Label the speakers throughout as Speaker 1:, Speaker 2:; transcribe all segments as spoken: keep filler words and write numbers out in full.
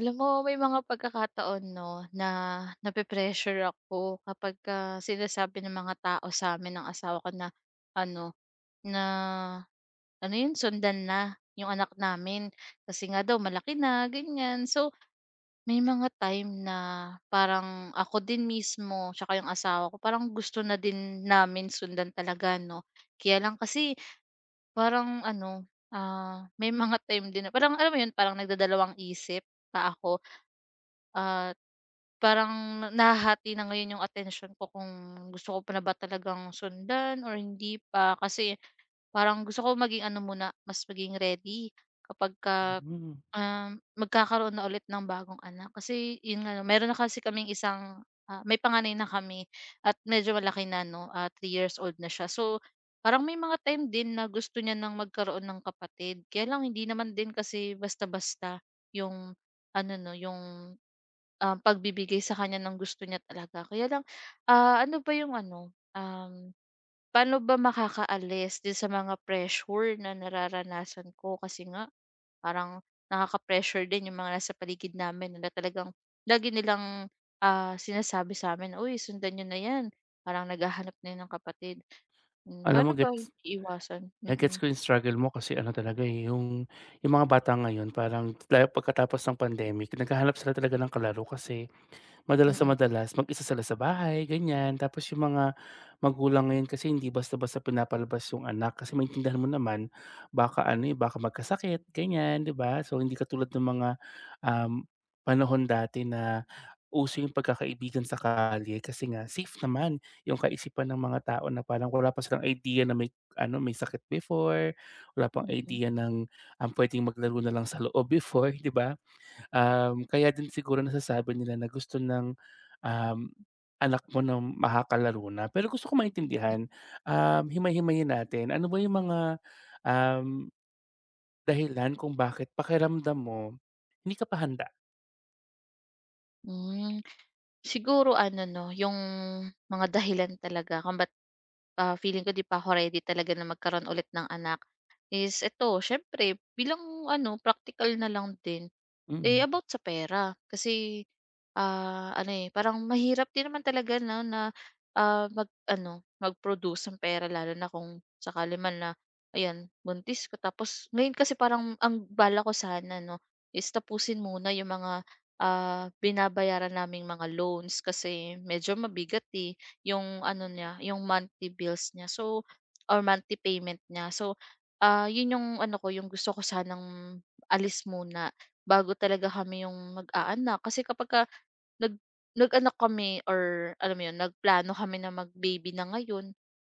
Speaker 1: Alam mo may mga pagkakataon 'no, na nape-pressure ako kapagka sinasabi ng mga tao sa sa'min ng asawa ko na ano, na ano 'yun, sundan na 'yung anak namin. Kasi nga daw malaki na, ganiyan. So, may mga time na parang ako din mismo tsaka 'yung asawa ko parang gusto na din namin sundan talaga 'no. Kaya lang kasi parang ano, ah, may mga time din na parang alam mo 'yun, parang nagdadalawang isip pa ako, ah parang nahahati na ngayon yung attention ko kung gusto ko pa na ba talagang sundan or hindi pa. Kasi parang gusto ko maging ano muna, mas maging ready kapagka,
Speaker 2: Hmm.
Speaker 1: um, magkakaroon na ulit ng bagong anak. Kasi yun nga 'no, meron na kasi kaming isang, ah, may panganay na kami at medyo malaki na 'no, ah, three years old na siya. So, parang may mga time din na gusto niya ng magkaroon ng kapatid. Kaya lang hindi naman din kasi basta-basta yung ano 'no, yung Um, pagbibigay sa kanya ng gusto niya talaga. Kaya lang, ah, ano ba yung ano, um, paano ba makakaalis din sa mga pressure na nararanasan ko? Kasi nga, parang nakaka-pressure din yung mga nasa paligid namin na talagang lagi nilang ah, sinasabi sa amin, "Uy, sundan nyo na yan." Parang naghahanap na yun ng kapatid. Mm,
Speaker 2: Alam mo
Speaker 1: paano ba
Speaker 2: gets
Speaker 1: iwasan?
Speaker 2: yeah, gets
Speaker 1: Mm-mm.
Speaker 2: ko yung struggle mo kasi ano talaga, eh, yung yung mga bata ngayon parang lalo pagkatapos ng pandemic naghahanap sila talaga ng kalaro kasi madalas sa
Speaker 1: Mm-mm.
Speaker 2: madalas mag-isa sila sa bahay, ganyan. Tapos yung mga magulang ngayon kasi hindi basta-basta pinapalabas yung anak kasi maintindihan mo naman baka ano, eh, baka magkasakit, ganyan, 'di ba? So hindi katulad ng mga, um, panahon dati na uso yung pagkakaibigan sa kalye kasi nga safe naman yung kaisipan ng mga tao na parang wala pa silang idea na may ano, may sakit before, wala pang
Speaker 1: Mm-mm.
Speaker 2: idea ng, um, puwedeng maglaro na lang sa loob before, 'di ba? Um, kaya din siguro nasasabi nila na gusto ng, um, anak mo na makakalaro na. Pero gusto ko maintindihan, um, himay-himayin natin. Ano ba yung mga, um, dahilan kung bakit pakiramdam mo hindi ka pa handa?
Speaker 1: Mm. Siguro ano 'no, yung mga dahilan talaga kung ba't, ah, feeling ko 'di pa ako ready talaga na magkaroon ulit ng anak is ito siyempre bilang ano praktikal na lang din. Eh,
Speaker 2: Mm,
Speaker 1: about sa pera kasi, ah, ano, eh, parang mahirap din naman talaga na na, ah, mag-ano, mag-produce ng pera lalo na kung sakali man na ayan buntis ko tapos ngayon kasi parang ang bala ko sana 'no is tapusin muna yung mga, ah, binabayaran naming mga loans kasi medyo mabigat, eh, yung ano niya, yung monthly bills niya, so or monthly payment niya. So, ah, yun yung ano ko, yung gusto ko sanang alis muna. Bago talaga kami yung mag-aanak kasi kapag ka nag nag-anak kami or alam mo yun, nagplano kami na mag-baby na ngayon,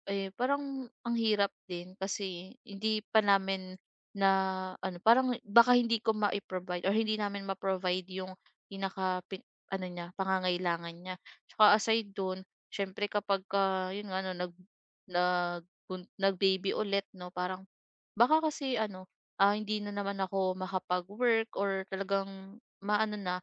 Speaker 1: eh, parang ang hirap din kasi hindi pa namin na ano, parang baka hindi ko mai-provide or hindi namin ma-provide yung pinaka pin ano niya, pangangailangan niya. Tsaka aside dun, siyempre kapagka yun nga ano, nag nagbun nag-baby ulit 'no, parang baka kasi ano, ah, hindi na naman ako makapag-work or talagang maano na,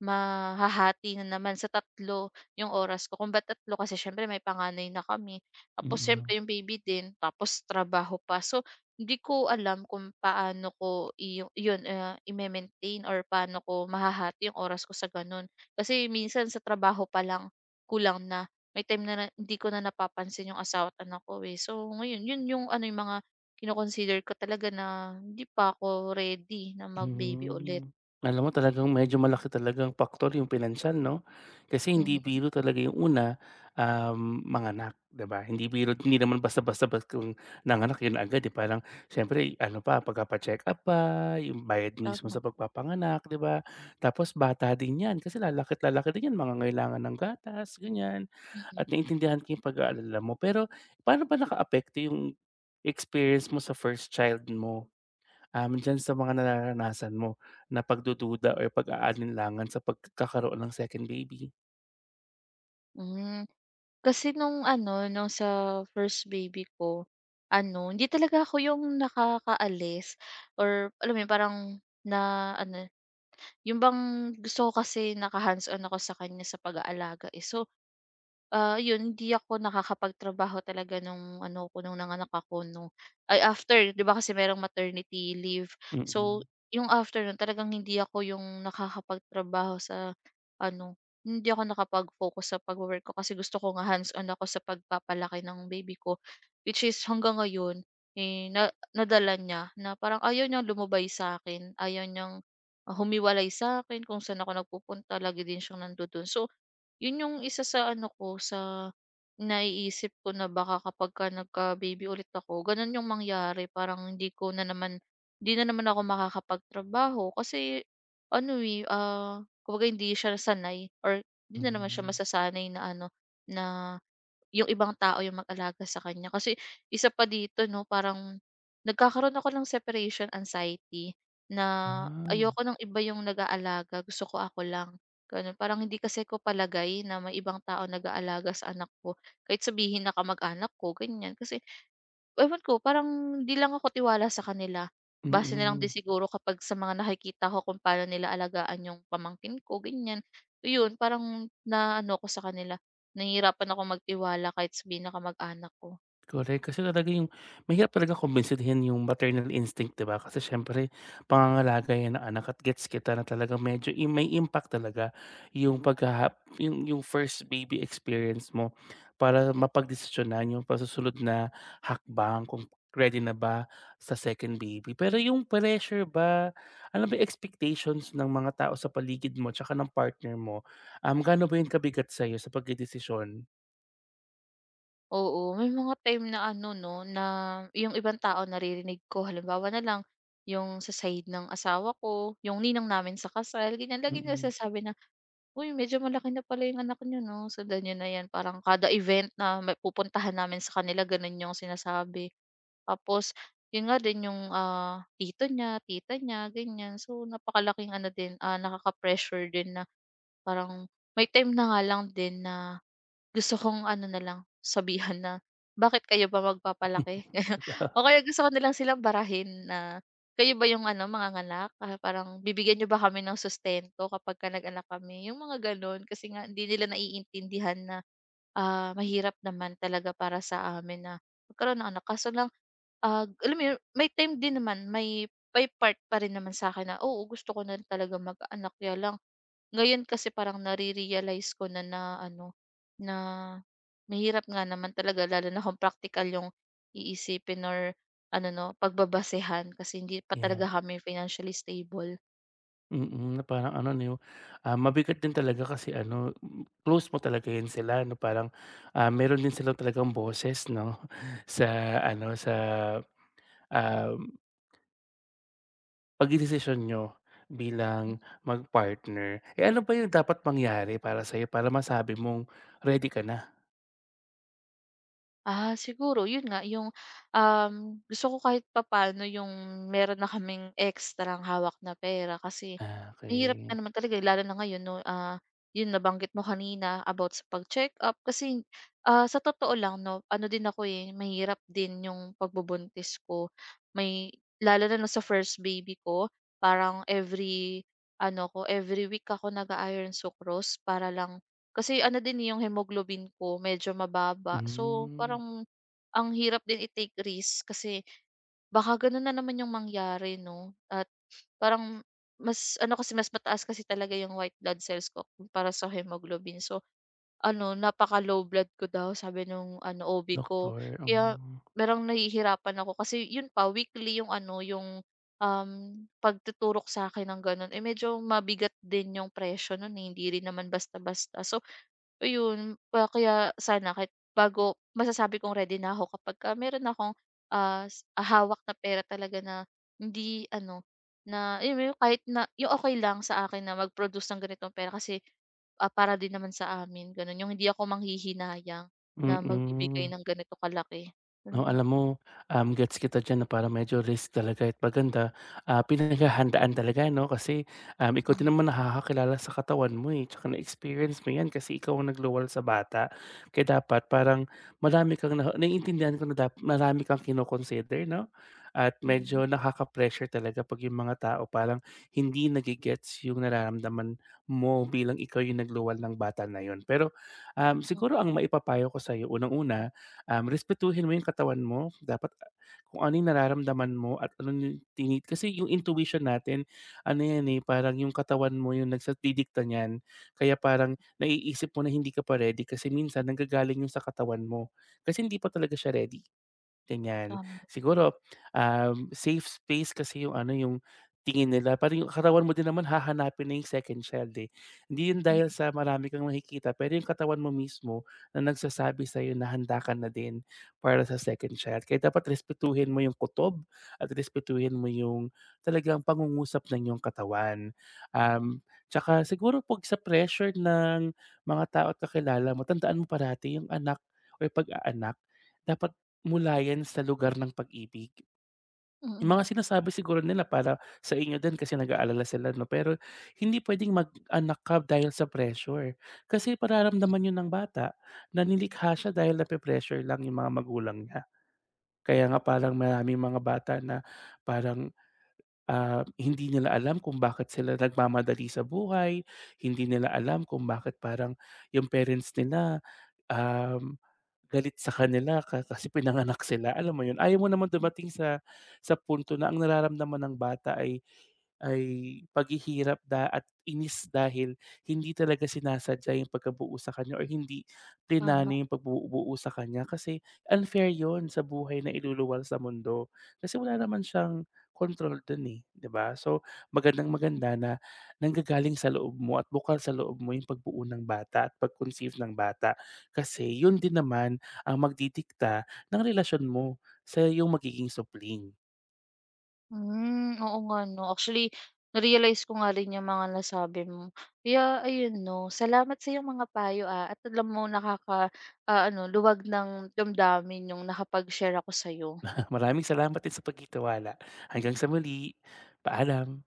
Speaker 1: mahahati na naman sa tatlo yung oras ko. Kung ba't tatlo kasi siyempre may panganay na kami. Tapos
Speaker 2: mm.
Speaker 1: siyempre yung baby din, tapos trabaho pa. So, hindi ko alam kung paano ko iyu yun, ah, i maintain or paano ko mahahati yung oras ko sa gano'n. Kasi minsan sa trabaho pa lang kulang na. May time na na hindi ko na napapansin yung asawa at anak ko, eh. So, ngayon yun yung ano, yung mga kino ko talaga na hindi pa ako ready na mag-baby ulit.
Speaker 2: Hmm. Alam mo talagang medyo malaki talagang paktor yung pinansyal 'no? Kasi hindi
Speaker 1: Mhm,
Speaker 2: biro talaga yung una, um, manganak, 'di ba? Hindi biro hindi naman basta-basta ba't kung nanganak yun na agad, eh. Parang siyempre ano pa, pagpapa-check-up pa, yung bayad mismo sa
Speaker 1: tama,
Speaker 2: pagpapanganak, 'di ba? Tapos bata din 'yan kasi lalaki't lalaki din 'yan, mga ngailangan ng gatas, ganyan.
Speaker 1: Mhm.
Speaker 2: At
Speaker 1: Mm.
Speaker 2: naintindihan ko yung pag-aalala mo. Pero paano ba nakaapekto yung experience mo sa first child mo? Um, diyan sa mga nararanasan mo na pagdududa o pag-aalinlangan sa pagkakaroon ng second baby?
Speaker 1: Hmm. Kasi nung ano, nung sa first baby ko, ano, hindi talaga ako yung nakakaalis or alam mo yun, parang na ano yung bang gusto ko kasi naka-hands-on ako sa kanya sa pag-aalaga, eh. So, ah, yun hindi ako nakakapagtrabaho talaga nung ano ko, nung nanganak ako, no ay after 'di ba kasi merong maternity leave. So,
Speaker 2: Mm,
Speaker 1: yung after nun talagang hindi ako yung nakakapagtrabaho sa ano, hindi ako nakapag-focus sa pag work ko kasi gusto ko nga hands-on ako sa pagpapalaki ng baby ko. Which is hanggang ngayon, eh, na nadala niya na parang ayaw niyang lumubay sa'kin, ayaw niyang Ah, humiwalay sa'kin, kung saan ako nagpupunta lagi din siyang nandodo'n. So, 'yun yung isa sa ano ko, sa naiisip ko na baka kapagka nagka-baby ulit ako, gano'n yung mangyari. Parang hindi ko na naman hindi na naman ako makakapagtrabaho kasi ano, eh, ah, kumbaga hindi siya sanay or 'di na naman siya
Speaker 2: hmm.
Speaker 1: masasanay na ano, na yung ibang tao yung mag-alaga sa kanya. Kasi isa pa dito 'no, parang nagkakaroon ako ng separation anxiety na
Speaker 2: Ah,
Speaker 1: ayoko ng iba yung nag-aalaga, gusto ko ako lang, gano'n. Parang hindi kasi ko palagay na may ibang tao nag-aalaga sa anak ko, kahit sabihin na kamag-anak ko, ganyan. Kasi ewan ko, parang di lang ako tiwala sa kanila. Base na lang din
Speaker 2: mm.
Speaker 1: siguro kapag sa mga nakikita ko kung paano nila alagaan yung pamangkin ko, ganyan. Iyon, parang na ano ko sa kanila. Nahihirapan ako magtiwala kahit sabihin na kamag-anak ko.
Speaker 2: Correct, kasi talaga yung mahirap talaga kumbinsihin yung maternal instinct, 'di ba? Kasi siyempre pangangalaga yan ng anak at gets kita na talaga medyo i may impact talaga yung paghaha yung yung first baby experience mo para
Speaker 1: Hmm.
Speaker 2: mapagdesisyonan yung pasusunod na hakbang kung ready na ba sa second baby. Pero yung pressure ba, alam mo expectations ng mga tao sa paligid mo tsaka ng partner mo, um, gaano ba yun kabigat sa'yo sa pagdedesisyon?
Speaker 1: Oo, may mga time na ano 'no, na yung ibang tao naririnig ko. Halimbawa na lang, yung sa side ng asawa ko, yung ninang namin sa kasal, ganyan. Lagi
Speaker 2: Mm.
Speaker 1: nagsasabi na, "Uy, medyo malaki na pala yung anak niyo 'no, sundan niyo na 'yan." Parang kada event na may pupuntahan namin sa kanila, gano'n yung sinasabi. Tapos yun nga din yung, ah, tito niya, tita niya, ganyan. So, napakalaking ano din, ah, nakaka-pressure din na parang may time na nga lang din na gusto kong ano na lang, sabihan na, "Bakit kayo ba magpapalaki?" Ganun. O kaya gusto ko na lang silang barahin na, "Kayo ba yung ano, mga anak? Ah, parang bibigyan niyo ba kami ng sustento kapagka nag-anak kami?" Yung mga gano'n. Kasi nga hindi nila naiintindihan na, ah, mahirap naman talaga para sa amin na magkaroon ng anak. Kaso lang, ah, alam mo yun, may time din naman, may may part pa rin naman sa akin na, oo, gusto ko na talagang magkaanak. Kaya lang ngayon kasi parang nare-realize ko na na ano, na mahirap nga naman talaga lalo na kung praktikal yung iisipin or ano 'no, pagbabasehan kasi hindi pa talaga
Speaker 2: Yeah.
Speaker 1: kami financially stable.
Speaker 2: Mm, na parang ano 'no, ah, mabigat din talaga kasi ano, hmm, close mo talaga 'yan sila 'no, parang, ah, meron din sila talagang boses 'no, sa ano, sa, um, pagdedesisyon niyo bilang mag-partner. Eh, ano ba 'yung dapat mangyari para sa'yo para masabi mong ready ka na?
Speaker 1: Ah, siguro yun nga yung, um, gusto ko kahit papaano yung meron na kaming ekstrang hawak na pera kasi
Speaker 2: Ah,
Speaker 1: mahirap
Speaker 2: okey.
Speaker 1: na naman talaga, eh, lalo na ngayon 'no, ah, yun nabanggit mo kanina about sa pag-check-up kasi, ah, sa totoo lang 'no, ano din ako, eh, mahirap din yung pagbubuntis ko. May lalo na nung sa first baby ko parang every ano ko, every week ako nag iron sucrose para lang kasi ano din, eh, yung hemoglobin ko medyo mababa. So,
Speaker 2: Hmm,
Speaker 1: parang ang hirap din i-take risk kasi baka gano'n na naman yung mangyari 'no, at parang mas ano kasi, mas mataas kasi talaga yung white blood cells ko para sa hemoglobin. So, ano napaka-low blood ko daw sabi nung ano, O B ko.
Speaker 2: doktor,
Speaker 1: Kaya
Speaker 2: um
Speaker 1: parang nahihirapan ako kasi yun pa weekly yung ano, yung, um, pagtuturok sa akin ng gano'n, eh, medyo mabigat din yung presyo nun, eh, hindi rin naman basta-basta. So, ayun, pa kaya sana kahit bago masasabi kong ready na ako kapagka meron na akong, ah, s ah, hawak na pera talaga na hindi ano, na alam mo yun kahit na yung okay lang sa akin na mag-produce ng ganitong pera kasi, ah, para din naman sa amin gano'n, yung hindi ako manghihinayang na magbibigay
Speaker 2: mm.
Speaker 1: ng ganito kalaki,
Speaker 2: No,
Speaker 1: gano'n.
Speaker 2: alam mo, um, gets kita diyan na parang medyo risk talaga at maganda, ah, pinaghahandaan talaga 'no, kasi, um, ikaw din
Speaker 1: Mhm,
Speaker 2: naman nakakakilala sa katawan mo, eh, tsaka na-experience mo 'yan kasi ikaw ang nagluwal sa bata. Kaya dapat parang marami kang na naiintindihan ko na dap marami kang kino 'no, at
Speaker 1: mm,
Speaker 2: medyo nakaka-pressure talaga 'pag yung mga tao parang hindi nagigets yung nararamdaman mo bilang ikaw yung nagluwal ng bata na yun. Pero, um,
Speaker 1: hmm,
Speaker 2: siguro ang maipapayo ko sa'yo, unang-una um, respetuhin mo yung katawan mo. Dapat ah, kung ano yung nararamdaman mo at ano yung tinit kasi yung intuition natin, ano yan eh, parang yung katawan mo yung nagdidikta niyan. Kaya parang naiisip mo na hindi ka pa ready kasi minsan nanggagaling yung sa katawan mo kasi hindi pa talaga siya ready. Ganyan.
Speaker 1: tama,
Speaker 2: Siguro, um, safe space kasi yung ano, yung tingin nila. Parang yung katawan mo din naman hahanapin na yung second child eh. Hindi yun dahil
Speaker 1: mm,
Speaker 2: sa marami kang nakikita, pero yung katawan mo mismo na nagsasabi sa'yo na handa ka na din para sa second child. Kaya dapat respetuhin mo yung kutob at respetuhin mo yung talagang pangungusap ng yung katawan. Um, Tsaka siguro pag sa pressure ng mga tao at kakilala mo, tandaan mo parati yung anak o yung pag-aanak dapat mula yan sa lugar ng pag-ibig. Yung
Speaker 1: mm,
Speaker 2: mga sinasabi siguro nila para sa inyo din kasi nag-aalala sila 'no, pero hindi puwedeng mag-anak ka dahil sa pressure. Kasi mararamdaman 'yun ng bata na nilikha siya dahil nape-pressure lang yung mga magulang niya. Kaya nga parang maraming mga bata na parang, ah, hindi nila alam kung bakit sila nagmamadali sa buhay, hindi nila alam kung bakit parang yung parents nila, um galit sa kanila ka kasi pinanganak sila, alam mo yun? Ayaw mo naman
Speaker 1: hmm,
Speaker 2: dumating sa sa punto na ang nararamdaman ng bata ay ay paghihirap da at inis dahil hindi talaga sinasadya yung pagkabuo sa kanya or hindi
Speaker 1: tama.
Speaker 2: plinano yung pagbuo sa kanya kasi unfair yon sa buhay na iluluwal sa mundo. Kasi wala naman siyang control dun eh, 'di ba? So, magandang-maganda na nanggagaling sa loob mo at bukal sa loob mo yung pagbuo ng bata at pag-conceive ng bata. Kasi yun din naman ang magdidikta ng relasyon mo sa iyong magiging supling.
Speaker 1: Hmm, oo nga 'no. Actually, na-realize ko nga rin yung mga nasabi mo. Kaya ayun 'no, salamat sa iyong mga payo, ah, at alam mo nakaka ah, ano luwag ng damdamin yung nakapag-share ako sa'yo.
Speaker 2: Maraming salamat din sa pagtitiwala. Hanggang sa muli, paalam.